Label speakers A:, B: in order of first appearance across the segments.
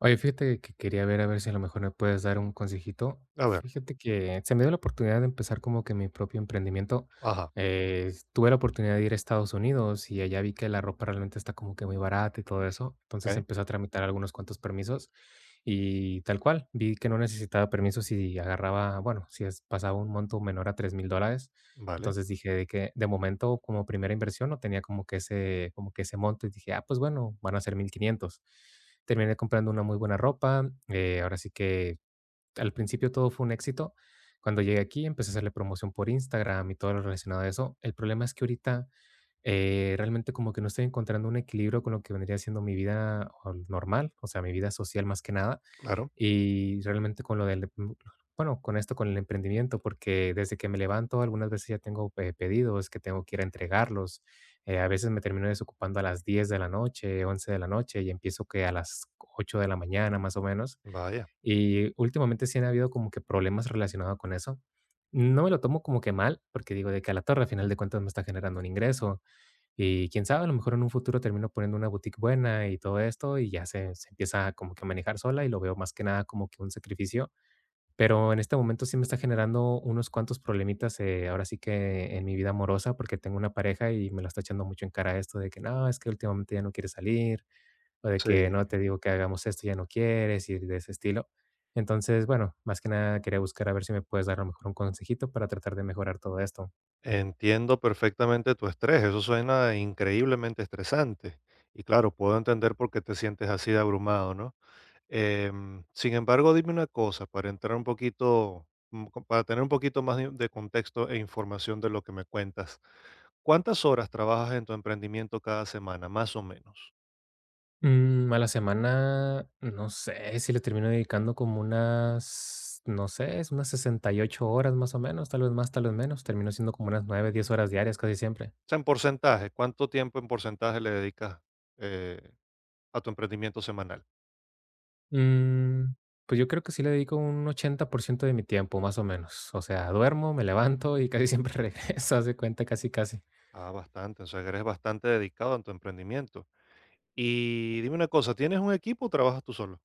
A: Oye, fíjate que quería ver a ver si a lo mejor me puedes dar un consejito.
B: A ver,
A: Fíjate que se me dio la oportunidad de empezar como que mi propio emprendimiento.
B: ajá,
A: Tuve la oportunidad de ir a Estados Unidos y allá vi que la ropa realmente está como que muy barata y todo eso. Entonces
B: okey,
A: empecé a tramitar algunos cuantos permisos y tal cual. Vi que no necesitaba permisos si agarraba, bueno, si es, pasaba un monto menor a $3,000.
B: vale,
A: Entonces dije de que de momento como primera inversión no tenía como que ese monto y dije, ah, pues bueno, van a ser 1,500. Terminé comprando una muy buena ropa, ahora sí que al principio todo fue un éxito. Cuando llegué aquí empecé a hacerle promoción por Instagram y todo lo relacionado a eso. El problema es que ahorita realmente como que no estoy encontrando un equilibrio con lo que vendría siendo mi vida normal, o sea, mi vida social más que nada.
B: claro,
A: Y realmente con lo del, bueno, con esto, con el emprendimiento, porque desde que me levanto algunas veces ya tengo pedidos que tengo que ir a entregarlos. A veces me termino desocupando a las 10 de la noche, 11 de la noche y empiezo que a las 8 de la mañana más o menos.
B: vaya.
A: Y últimamente sí han habido como que problemas relacionados con eso. No me lo tomo como que mal, porque digo de que a la torre, al final de cuentas, me está generando un ingreso. Y quién sabe, a lo mejor en un futuro termino poniendo una boutique buena y todo esto, y ya se empieza como que a manejar sola y lo veo más que nada como que un sacrificio. Pero en este momento sí me está generando unos cuantos problemitas, ahora sí que en mi vida amorosa, porque tengo una pareja y me la está echando mucho en cara esto de que no, es que últimamente ya no quiere salir, o de
B: Sí,
A: que no te digo que hagamos esto, ya no quieres, y de ese estilo. Entonces, bueno, más que nada quería buscar a ver si me puedes dar a lo mejor un consejito para tratar de mejorar todo esto.
B: entiendo perfectamente tu estrés, eso suena increíblemente estresante. Y claro, puedo entender por qué te sientes así de abrumado, ¿no? Sin embargo, dime una cosa, para entrar un poquito, mm, co para tener un poquito más de contexto e información de lo que me cuentas, ¿cuántas horas trabajas en tu emprendimiento cada semana, más o menos?
A: A la semana, no sé si le termino dedicando como unas, no sé, es unas 68 horas más o menos, tal vez más, tal vez menos. Termino siendo como unas 9 10 horas diarias casi siempre.
B: O sea, en porcentaje, ¿cuánto tiempo en porcentaje le dedicas, eh, a tu emprendimiento semanal?
A: Mm, pues yo creo que sí le dedico un 80% de mi tiempo, más o menos. O sea, duermo, me levanto y casi siempre regreso, hace cuenta, casi, casi.
B: Ah, bastante. O sea, que eres bastante dedicado en tu emprendimiento. Y dime una cosa, ¿tienes un equipo o trabajas tú solo?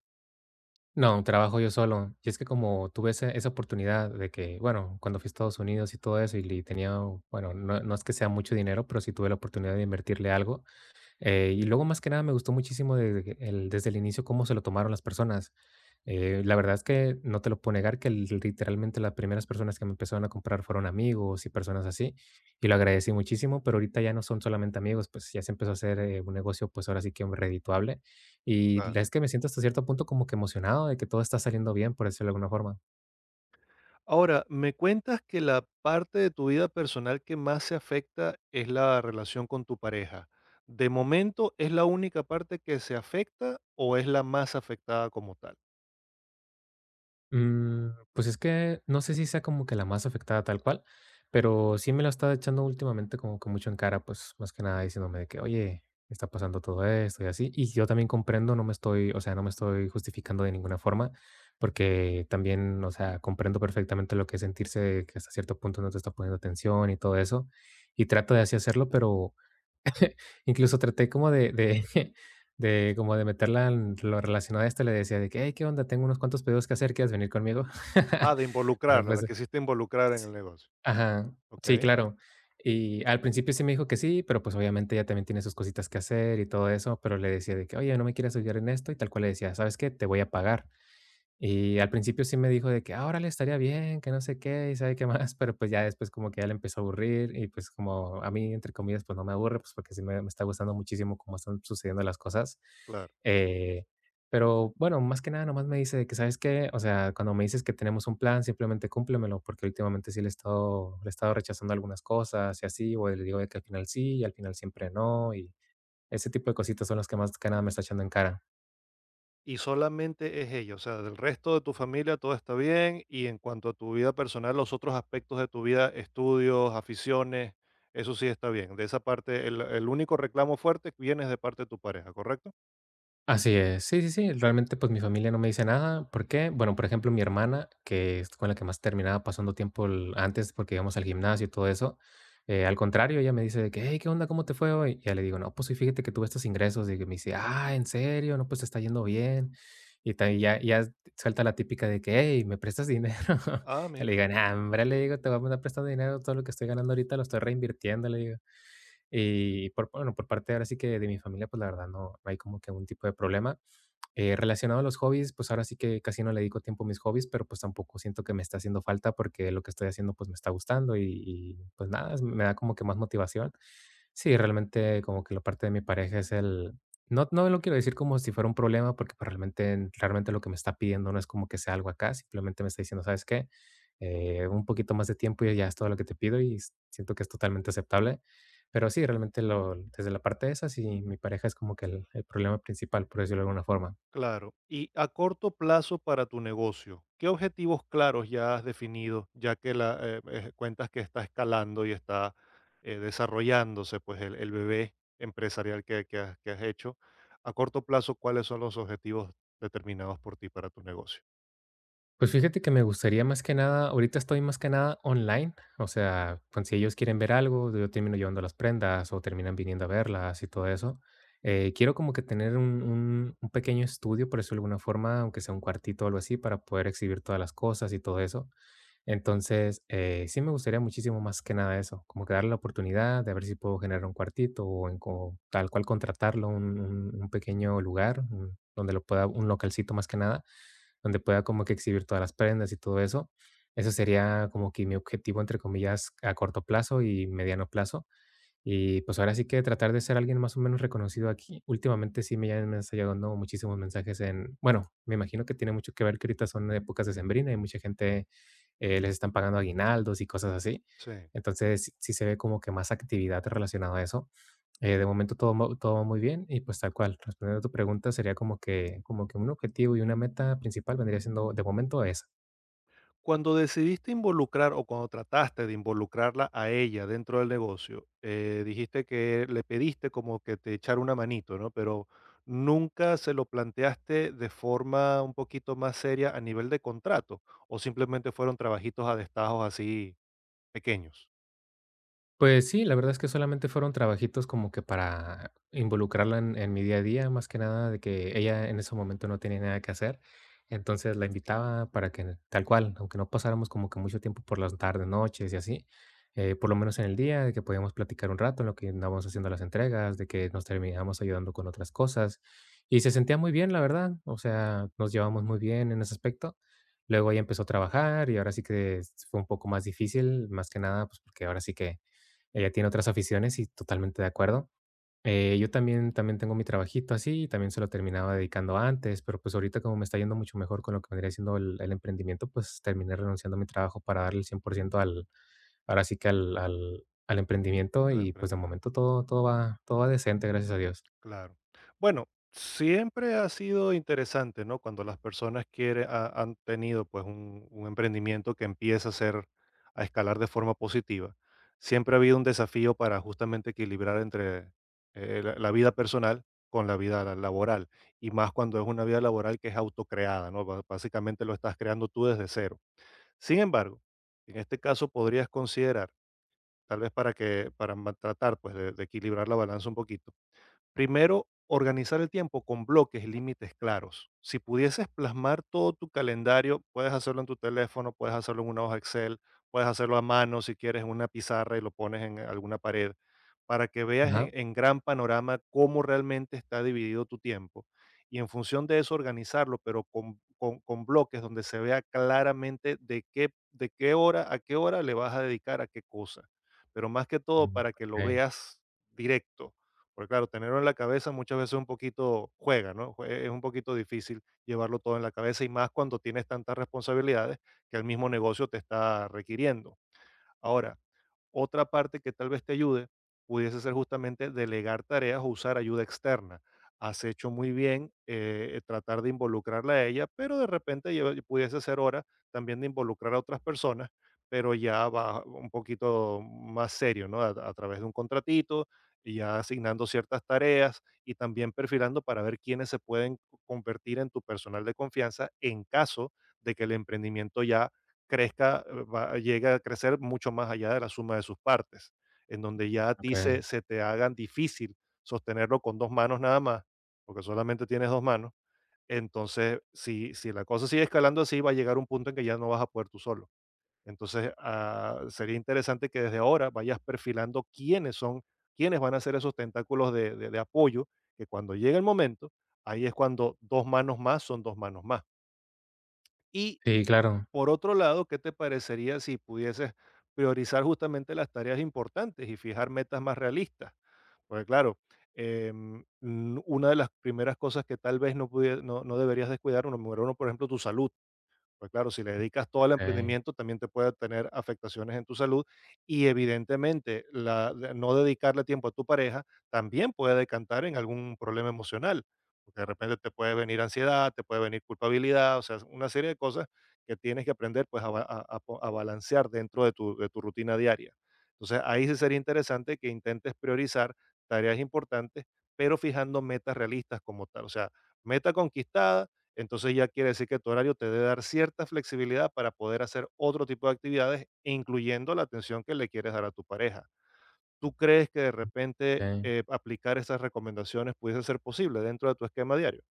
A: No, trabajo yo solo. Y es que como tuve esa oportunidad de que, bueno, cuando fui a Estados Unidos y todo eso, y, le tenía, bueno, no, no es que sea mucho dinero, pero sí tuve la oportunidad de invertirle algo. Y luego, más que nada, me gustó muchísimo desde el inicio cómo se lo tomaron las personas. La verdad es que no te lo puedo negar que literalmente las primeras personas que me empezaron a comprar fueron amigos y personas así, y lo agradecí muchísimo, pero ahorita ya no son solamente amigos, pues ya se empezó a hacer un negocio, pues ahora sí que redituable. Y
B: Claro.
A: la es que me siento hasta cierto punto como que emocionado de que todo está saliendo bien, por decirlo de alguna forma.
B: Ahora, me cuentas que la parte de tu vida personal que más se afecta es la relación con tu pareja. ¿De momento es la única parte que se afecta o es la más afectada como tal?
A: Mm, pues es que no sé si sea como que la más afectada tal cual, pero sí me la está echando últimamente como que mucho en cara, pues más que nada diciéndome de que, oye, está pasando todo esto y así. Y yo también comprendo, no me estoy, o sea, no me estoy justificando de ninguna forma, porque también, o sea, comprendo perfectamente lo que es sentirse que hasta cierto punto no te está poniendo atención y todo eso. Y trato de así hacerlo, pero incluso traté como de de como de meterla en lo relacionado a esto, le decía de que: "Hey, ¿qué onda? Tengo unos cuantos pedidos que hacer, ¿quieres venir conmigo?"
B: Ah, de
A: Pero,
B: involucrarla, la
A: pues
B: que hiciste involucrar en el negocio.
A: ajá,
B: Ok,
A: sí, claro. Y al principio sí me dijo que sí, pero, pues, obviamente ella también tiene sus cositas que hacer y todo eso, pero le decía de que: "Oye, ¿no me quieres ayudar en esto?" Y tal cual le decía: "¿Sabes qué? Te voy a pagar". Y al principio sí me dijo de que: ahora le estaría bien, que no sé qué, y sabe qué más", pero, pues, ya después como que ya le empezó a aburrir y, pues, como a mí, entre comillas, pues, no me aburre, pues, porque sí me está gustando muchísimo cómo están sucediendo las cosas.
B: claro.
A: Eh, pero bueno, más que nada nomás me dice de que: "¿Sabes qué? O sea, cuando me dices que tenemos un plan, simplemente cúmplemelo", porque últimamente sí le he estado rechazando algunas cosas y así, o le digo de que al final sí, y al final siempre no, y ese tipo de cositas son las que más que nada me está echando en cara.
B: Y solamente es ella, o sea, del resto de tu familia todo está bien y en cuanto a tu vida personal, los otros aspectos de tu vida, estudios, aficiones, eso sí está bien. De esa parte, el único reclamo fuerte viene de parte de tu pareja, ¿correcto?
A: Así es. Sí, sí, sí. Realmente, pues, mi familia no me dice nada. ¿Por qué? Bueno, por ejemplo, mi hermana, que es con la que más terminaba pasando tiempo el antes, porque íbamos al gimnasio y todo eso. Al contrario, ella me dice de que, hey, ¿qué onda? ¿Cómo te fue hoy? Y ya le digo, no, pues sí, fíjate que tuve estos ingresos. Y que me dice, ah, ¿en serio? No, pues te está yendo bien. Y y ya, ya suelta la típica de que, hey, ¿me prestas dinero?
B: Ah,
A: Y le
B: mira.
A: digo, nah, hombre, le digo, te voy a mandar prestando dinero. Todo lo que estoy ganando ahorita lo estoy reinvirtiendo, le digo. Y por, bueno, por parte ahora sí que de mi familia, pues la verdad no, no hay como que un tipo de problema. Relacionado a los hobbies, pues ahora sí que casi no le dedico tiempo a mis hobbies, pero pues tampoco siento que me está haciendo falta porque lo que estoy haciendo pues me está gustando y pues nada, me da como que más motivación. Sí, realmente como que la parte de mi pareja es el… No, no lo quiero decir como si fuera un problema porque pues, realmente, realmente lo que me está pidiendo no es como que sea algo acá, simplemente me está diciendo, ¿sabes qué? Un poquito más de tiempo y ya es todo lo que te pido y siento que es totalmente aceptable. Pero sí, realmente lo, desde la parte de esa, sí, mi pareja es como que el problema principal, por decirlo de alguna forma.
B: Claro. Y a corto plazo para tu negocio, ¿qué objetivos claros ya has definido, ya que la, cuentas que está escalando y está desarrollándose pues el bebé empresarial que has hecho? A corto plazo, ¿cuáles son los objetivos determinados por ti para tu negocio?
A: Pues fíjate que me gustaría más que nada, ahorita estoy más que nada online, o sea, pues si ellos quieren ver algo, yo termino llevando las prendas o terminan viniendo a verlas y todo eso. Quiero como que tener un pequeño estudio, por decirlo de alguna forma, aunque sea un cuartito o algo así, para poder exhibir todas las cosas y todo eso. Entonces, sí me gustaría muchísimo más que nada eso, como que darle la oportunidad de ver si puedo generar un cuartito o en tal cual contratarlo, un pequeño lugar donde lo pueda, un localcito más que nada donde pueda como que exhibir todas las prendas y todo eso. Eso sería como que mi objetivo, entre comillas, a corto plazo y mediano plazo. Y pues ahora sí que tratar de ser alguien más o menos reconocido aquí. Últimamente sí me han estado llegando muchísimos mensajes en, bueno, me imagino que tiene mucho que ver que ahorita son épocas de sembrina y mucha gente les están pagando aguinaldos y cosas así.
B: Sí.
A: Entonces sí se ve como que más actividad relacionada a eso de momento todo, todo va muy bien y pues tal cual, respondiendo a tu pregunta sería como que un objetivo y una meta principal vendría siendo de momento esa.
B: Cuando decidiste involucrar o cuando trataste de involucrarla a ella dentro del negocio, dijiste que le pediste como que te echara una manito, ¿no? Pero nunca se lo planteaste de forma un poquito más seria a nivel de contrato o simplemente fueron trabajitos a destajos así pequeños
A: Pues sí, la verdad es que solamente fueron trabajitos como que para involucrarla en mi día a día, más que nada de que ella en ese momento no tenía nada que hacer. Entonces la invitaba para que tal cual, aunque no pasáramos como que mucho tiempo por las tardes, noches y así, por lo menos en el día, de que podíamos platicar un rato en lo que andábamos haciendo las entregas, de que nos terminábamos ayudando con otras cosas. Y se sentía muy bien, la verdad. O sea, nos llevamos muy bien en ese aspecto. Luego ella empezó a trabajar y ahora sí que fue un poco más difícil, más que nada, pues porque ahora sí que ella tiene otras aficiones y totalmente de acuerdo. Yo también, también tengo mi trabajito así, y también se lo terminaba dedicando antes, pero pues ahorita como me está yendo mucho mejor con lo que vendría siendo el emprendimiento, pues terminé renunciando a mi trabajo para darle el 100% al, ahora sí que al emprendimiento
B: al
A: y pues de
B: emprendimiento.
A: momento todo, todo va decente, gracias a Dios.
B: Claro. Bueno, siempre ha sido interesante, ¿no? Cuando las personas han tenido pues un emprendimiento que empieza a ser, a escalar de forma positiva, siempre ha habido un desafío para justamente equilibrar entre la, la vida personal con la vida laboral, y más cuando es una vida laboral que es autocreada, ¿no? Básicamente lo estás creando tú desde cero. Sin embargo, en este caso podrías considerar, tal vez para tratar pues de equilibrar la balanza un poquito, primero, organizar el tiempo con bloques y límites claros. Si pudieses plasmar todo tu calendario, puedes hacerlo en tu teléfono, puedes hacerlo en una hoja Excel, puedes hacerlo a mano si quieres en una pizarra y lo pones en alguna pared, para que veas
A: Ajá.
B: en gran panorama cómo realmente está dividido tu tiempo. Y en función de eso, organizarlo, pero con bloques donde se vea claramente de qué hora a qué hora le vas a dedicar a qué cosa. Pero más que todo,
A: Mm,
B: para que lo
A: Okey,
B: veas directo, porque claro, tenerlo en la cabeza muchas veces un poquito juega, ¿no? Es un poquito difícil llevarlo todo en la cabeza y más cuando tienes tantas responsabilidades que el mismo negocio te está requiriendo. Ahora, otra parte que tal vez te ayude pudiese ser justamente delegar tareas o usar ayuda externa. Has hecho muy bien tratar de involucrarla a ella, pero de repente pudiese ser hora también de involucrar a otras personas, pero ya va un poquito más serio, ¿no? A través de un contratito, y ya asignando ciertas tareas y también perfilando para ver quiénes se pueden convertir en tu personal de confianza en caso de que el emprendimiento ya crezca, llegue a crecer mucho más allá de la suma de sus partes, en donde ya a ti
A: okey.
B: se te hagan difícil sostenerlo con dos manos nada más, porque solamente tienes dos manos. Entonces, si la cosa sigue escalando así, va a llegar un punto en que ya no vas a poder tú solo. Entonces, sería interesante que desde ahora vayas perfilando quiénes son, quiénes van a ser esos tentáculos de, de apoyo, que cuando llegue el momento, ahí es cuando dos manos más son dos manos más. Y
A: Sí, claro.
B: por otro lado, ¿qué te parecería si pudieses priorizar justamente las tareas importantes y fijar metas más realistas? Porque claro, una de las primeras cosas que tal vez no deberías descuidar, número uno, por ejemplo, tu salud, pues claro, si le dedicas todo al
A: Okey,
B: emprendimiento, también te puede tener afectaciones en tu salud y evidentemente no dedicarle tiempo a tu pareja también puede decantar en algún problema emocional, porque de repente te puede venir ansiedad, te puede venir culpabilidad, o sea, es una serie de cosas que tienes que aprender pues a, ba- a po- a balancear dentro de tu rutina diaria. Entonces ahí sí sería interesante que intentes priorizar tareas importantes, pero fijando metas realistas como tal, o sea, meta conquistada entonces ya quiere decir que tu horario te debe dar cierta flexibilidad para poder hacer otro tipo de actividades, incluyendo la atención que le quieres dar a tu pareja. ¿Tú crees que de repente
A: okey.
B: aplicar esas recomendaciones pudiese ser posible dentro de tu esquema diario?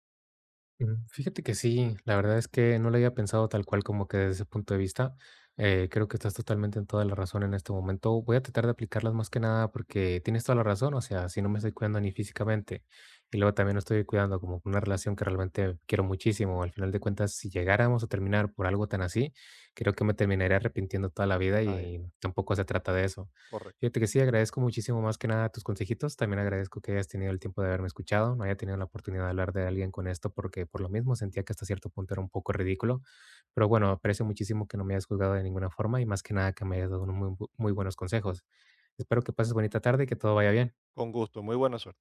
A: Fíjate que sí, la verdad es que no lo había pensado tal cual como que desde ese punto de vista. Creo que estás totalmente en toda la razón en este momento. Voy a tratar de aplicarlas más que nada porque tienes toda la razón, o sea, si no me estoy cuidando ni físicamente y luego también no estoy cuidando como una relación que realmente quiero muchísimo, al final de cuentas, si llegáramos a terminar por algo tan así, creo que me terminaría arrepintiendo toda la vida
B: Ahí
A: y
B: está,
A: tampoco se trata de eso.
B: correcto.
A: Fíjate que sí, agradezco muchísimo más que nada tus consejitos. También agradezco que hayas tenido el tiempo de haberme escuchado. No haya tenido la oportunidad de hablar de alguien con esto porque por lo mismo sentía que hasta cierto punto era un poco ridículo. Pero bueno, aprecio muchísimo que no me hayas juzgado de ninguna forma y más que nada que me hayas dado unos muy, muy buenos consejos. Espero que pases bonita tarde y que todo vaya bien.
B: Con gusto, muy buena suerte.